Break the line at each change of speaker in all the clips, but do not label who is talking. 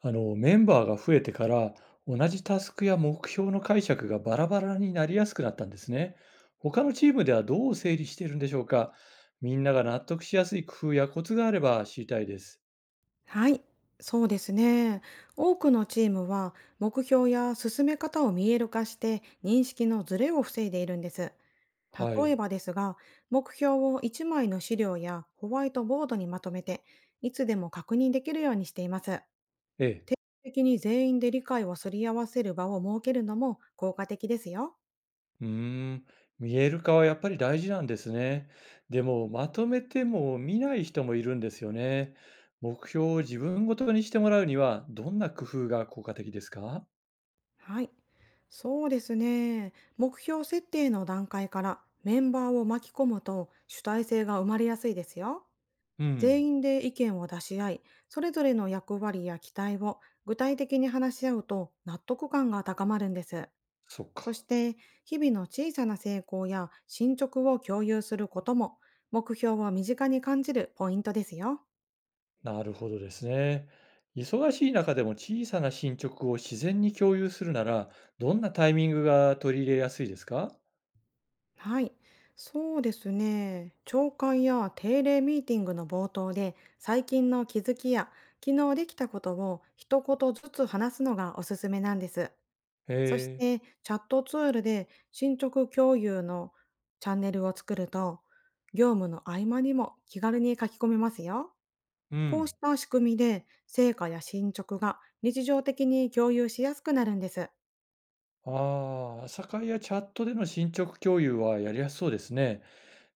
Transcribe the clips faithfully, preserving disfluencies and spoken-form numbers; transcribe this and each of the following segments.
あの、メンバーが増えてから、同じタスクや目標の解釈がバラバラになりやすくなったんですね。他のチームではどう整理しているんでしょうか？みんなが納得しやすい工夫やコツがあれば知りたいです。
はい、そうですね。多くのチームは目標や進め方を見える化して認識のズレを防いでいるんです。
は
例え
い。
ばですが、目標をいちまいの資料やホワイトボードにまとめて、いつでも確認できるようにしています。
ええ。
定期的に全員で理解をすり合わせる場を設けるのも効果的ですよ。
うーん。見える化はやっぱり大事なんですね。でも、まとめても見ない人もいるんですよね。目標を自分ごとにしてもらうには、どんな工夫が効果的ですか？
はい。そうですね。目標設定の段階からメンバーを巻き込むと主体性が生まれやすいですよ。
うん。
全員で意見を出し合い、それぞれの役割や期待を具体的に話し合うと納得感が高まるんです。
そっ
そ
か。
して、日々の小さな成功や進捗を共有することも、目標を身近に感じるポイントですよ。
なるほどですね。忙しい中でも小さな進捗を自然に共有するなら、どんなタイミングが取り入れやすいですか？
はい。そうですね。懲戒や定例ミーティングの冒頭で、最近の気づきや、昨日できたことを一言ずつ話すのがおすすめなんです。
へ
そし
え、
て、チャットツールで進捗共有のチャンネルを作ると、業務の合間にも気軽に書き込めますよ。
う
こう
ん。
した仕組みで、成果や進捗が日常的に共有しやすくなるんです。
ああ、朝会やチャットでの進捗共有はやりやすそうですね。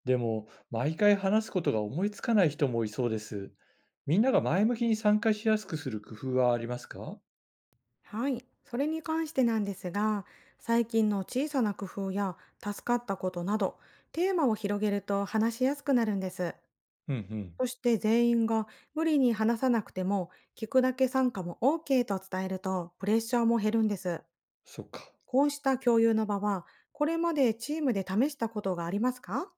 でも、毎回話すことが思いつかない人もいそうです。みんなが前向きに参加しやすくする工夫はありますか？
はい。それに関してなんですが、最近の小さな工夫や助かったことなど、テーマを広げると話しやすくなるんです。
うんうん。
そして全員が無理に話さなくても、聞くだけ参加も オーケー と伝えるとプレッシャーも減るんです。
そっか。
こうした共有の場は、これまでチームで試したことがありますか？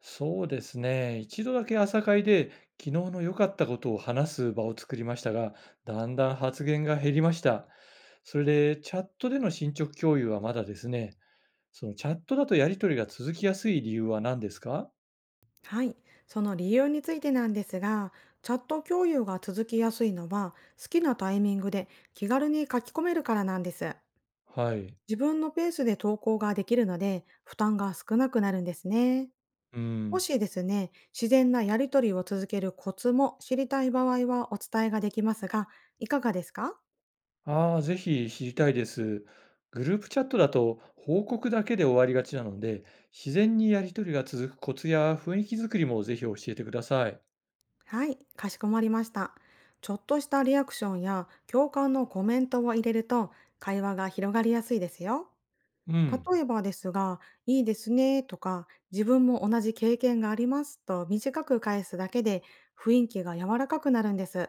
そうですね。一度だけ朝会で昨日の良かったことを話す場を作りましたが、だんだん発言が減りました。それでチャットでの進捗共有はまだですね。そのチャットだとやり取りが続きやすい理由は何ですか？
はい。その理由についてなんですが、チャット共有が続きやすいのは、好きなタイミングで気軽に書き込めるからなんです。
はい。
自分のペースで投稿ができるので、負担が少なくなるんですね。
う
も
ん。
しですね、自然なやりとりを続けるコツも知りたい場合はお伝えができますが、いかがですか？
ああ、ぜひ知りたいです。グループチャットだと報告だけで終わりがちなので、自然にやり取りが続くコツや雰囲気作りもぜひ教えてください。
はい、かしこまりました。ちょっとしたリアクションや共感のコメントを入れると会話が広がりやすいですよ。
うん。
例えばですが、いいですねとか、自分も同じ経験がありますと短く返すだけで雰囲気が柔らかくなるんです。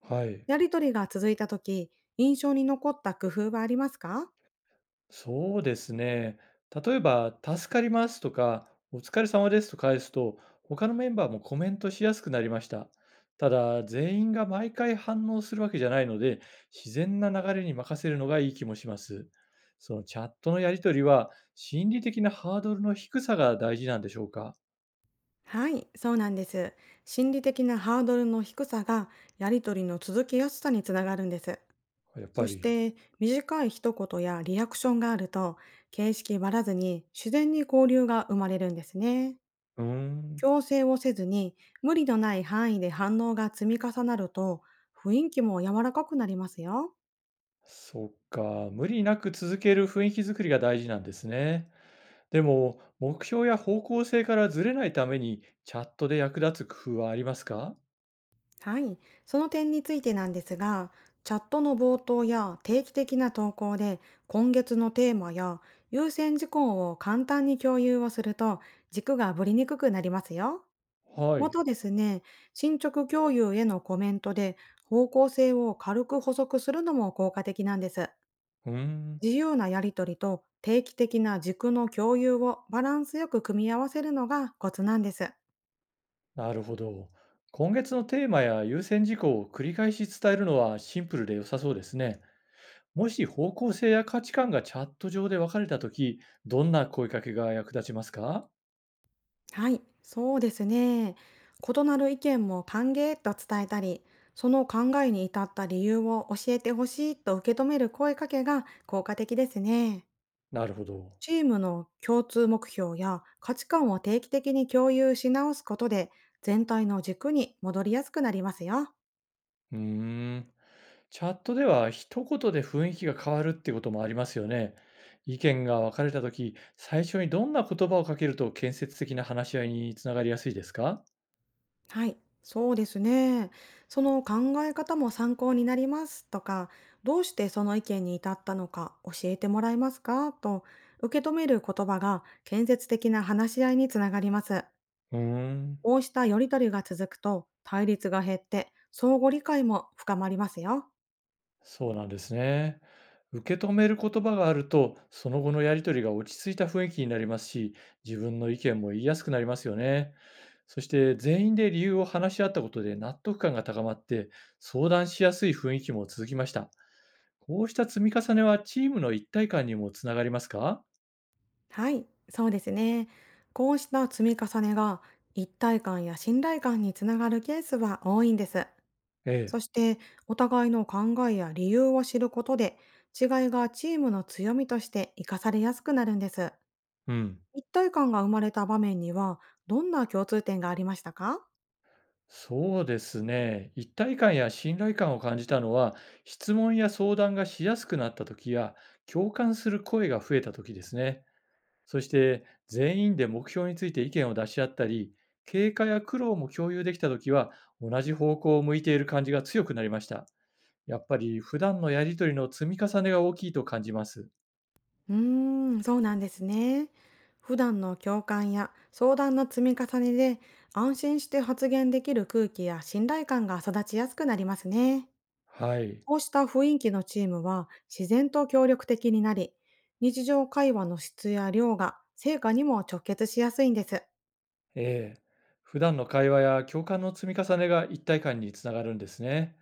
はい。
やりとりが続いた時、印象に残った工夫はありますか？
そうですね。例えば、助かりますとか、お疲れ様ですと返すと、他のメンバーもコメントしやすくなりました。ただ、全員が毎回反応するわけじゃないので、自然な流れに任せるのがいい気もします。そのチャットのやりとりは、心理的なハードルの低さが大事なんでしょうか？
はい、そうなんです。心理的なハードルの低さがやりとりの続きやすさにつながるんです。
やっ
そ
ぱ
し
り。
て短い一言やリアクションがあると形式ばらずに自然に交流が生まれるんですね。
うーん。
強制をせずに無理のない範囲で反応が積み重なると雰囲気も柔らかくなりますよ。
そっか。無理なく続ける雰囲気づくりが大事なんですね。でも、目標や方向性からずれないために、チャットで役立つ工夫はありますか？
はい。その点についてなんですが、チャットの冒頭や定期的な投稿で今月のテーマや優先事項を簡単に共有をすると軸がぶれにくくなりますよ。
は
ま
い。
たですね、進捗共有へのコメントで方向性を軽く補足するのも効果的なんです。
うーん、
自由なやりとりと定期的な軸の共有をバランスよく組み合わせるのがコツなんです。
なるほど。今月のテーマや優先事項を繰り返し伝えるのはシンプルで良さそうですね。もし方向性や価値観がチャット上で分かれたとき、どんな声かけが役立ちますか？
はい、そうですね。異なる意見も歓迎と伝えたり、その考えに至った理由を教えてほしいと受け止める声かけが効果的ですね。
なるほど。
チームの共通目標や価値観を定期的に共有し直すことで、全体の軸に戻りやすくなりますよ。
うーん。チャットでは一言で雰囲気が変わるってこともありますよね。意見が分かれたとき、最初にどんな言葉をかけると建設的な話し合いにつながりやすいですか？
はい、そうですね。その考え方も参考になりますとか、どうしてその意見に至ったのか教えてもらえますかと受け止める言葉が建設的な話し合いにつながります。
うーん、
こうしたやりとりが続くと対立が減って相互理解も深まりますよ。
そうなんですね。受け止める言葉があると、その後のやりとりが落ち着いた雰囲気になりますし、自分の意見も言いやすくなりますよね。そして全員で理由を話し合ったことで納得感が高まって、相談しやすい雰囲気も続きました。こうした積み重ねはチームの一体感にもつながりますか？
はい、そうですね。こうした積み重ねが一体感や信頼感につながるケースは多いんです。
ええ、
そして、お互いの考えや理由を知ることで、違いがチームの強みとして活かされやすくなるんです。
うん。
一体感が生まれた場面には、どんな共通点がありましたか？
そうですね。一体感や信頼感を感じたのは、質問や相談がしやすくなった時や、共感する声が増えた時ですね。そして、全員で目標について意見を出し合ったり、経過や苦労も共有できた時は、同じ方向を向いている感じが強くなりました。やっぱり、普段のやりとりの積み重ねが大きいと感じます。
うーん、そうなんですね。普段の共感や相談の積み重ねで、安心して発言できる空気や信頼感が育ちやすくなりますね。
はい。
こうした雰囲気のチームは自然と協力的になり、日常会話の質や量が成果にも直結しやすいんです。
ええ、普段の会話や共感の積み重ねが一体感につながるんですね。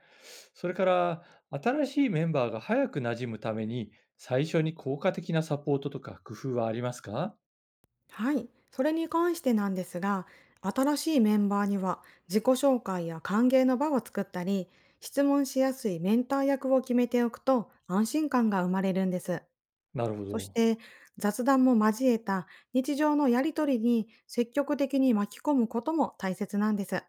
それから、新しいメンバーが早く馴染むために、最初に効果的なサポートとか工夫はありますか？
はい。それに関してなんですが、新しいメンバーには自己紹介や歓迎の場を作ったり、質問しやすいメンター役を決めておくと安心感が生まれるんです。
なるほ
そし
ど。
て雑談も交えた日常のやりとりに積極的に巻き込むことも大切なんです。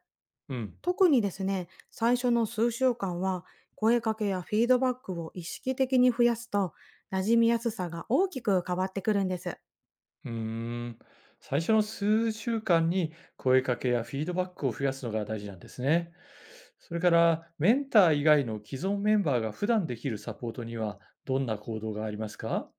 うん。
特にですね、最初の数週間は、声かけやフィードバックを意識的に増やすと、馴染みやすさが大きく変わってくるんです。
うーん。最初の数週間に声かけやフィードバックを増やすのが大事なんですね。それから、メンター以外の既存メンバーが普段できるサポートには、どんな行動がありますか？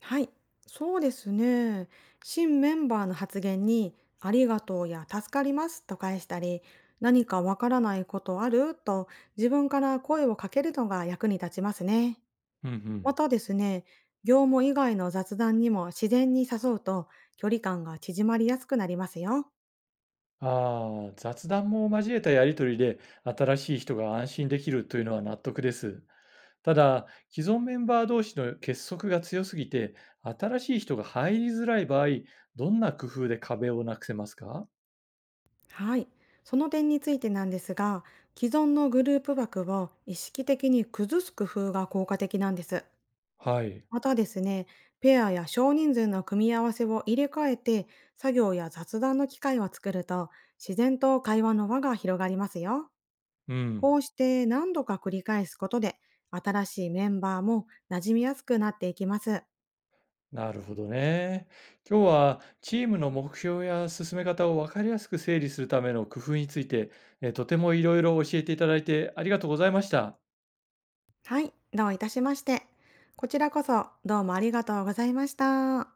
はい。そうですね。新メンバーの発言に、ありがとうや助かりますと返したり、何かわからないことあると自分から声をかけるのが役に立ちますね。
うんうん。
またですね、業務以外の雑談にも自然に誘うと距離感が縮まりやすくなりますよ。
ああ、雑談も交えたやり取りで新しい人が安心できるというのは納得です。ただ、既存メンバー同士の結束が強すぎて、新しい人が入りづらい場合、どんな工夫で壁をなくせますか？
はい。その点についてなんですが、既存のグループ枠を意識的に崩す工夫が効果的なんです。
はい。
またですね、ペアや少人数の組み合わせを入れ替えて、作業や雑談の機会を作ると、自然と会話の輪が広がりますよ。
うん。
こうして何度か繰り返すことで、新しいメンバーも馴染みやすくなっていきます。
なるほどね。今日はチームの目標や進め方を分かりやすく整理するための工夫について、えーとてもいろいろ教えていただいてありがとうございました。
はい、どういたしまして。こちらこそどうもありがとうございました。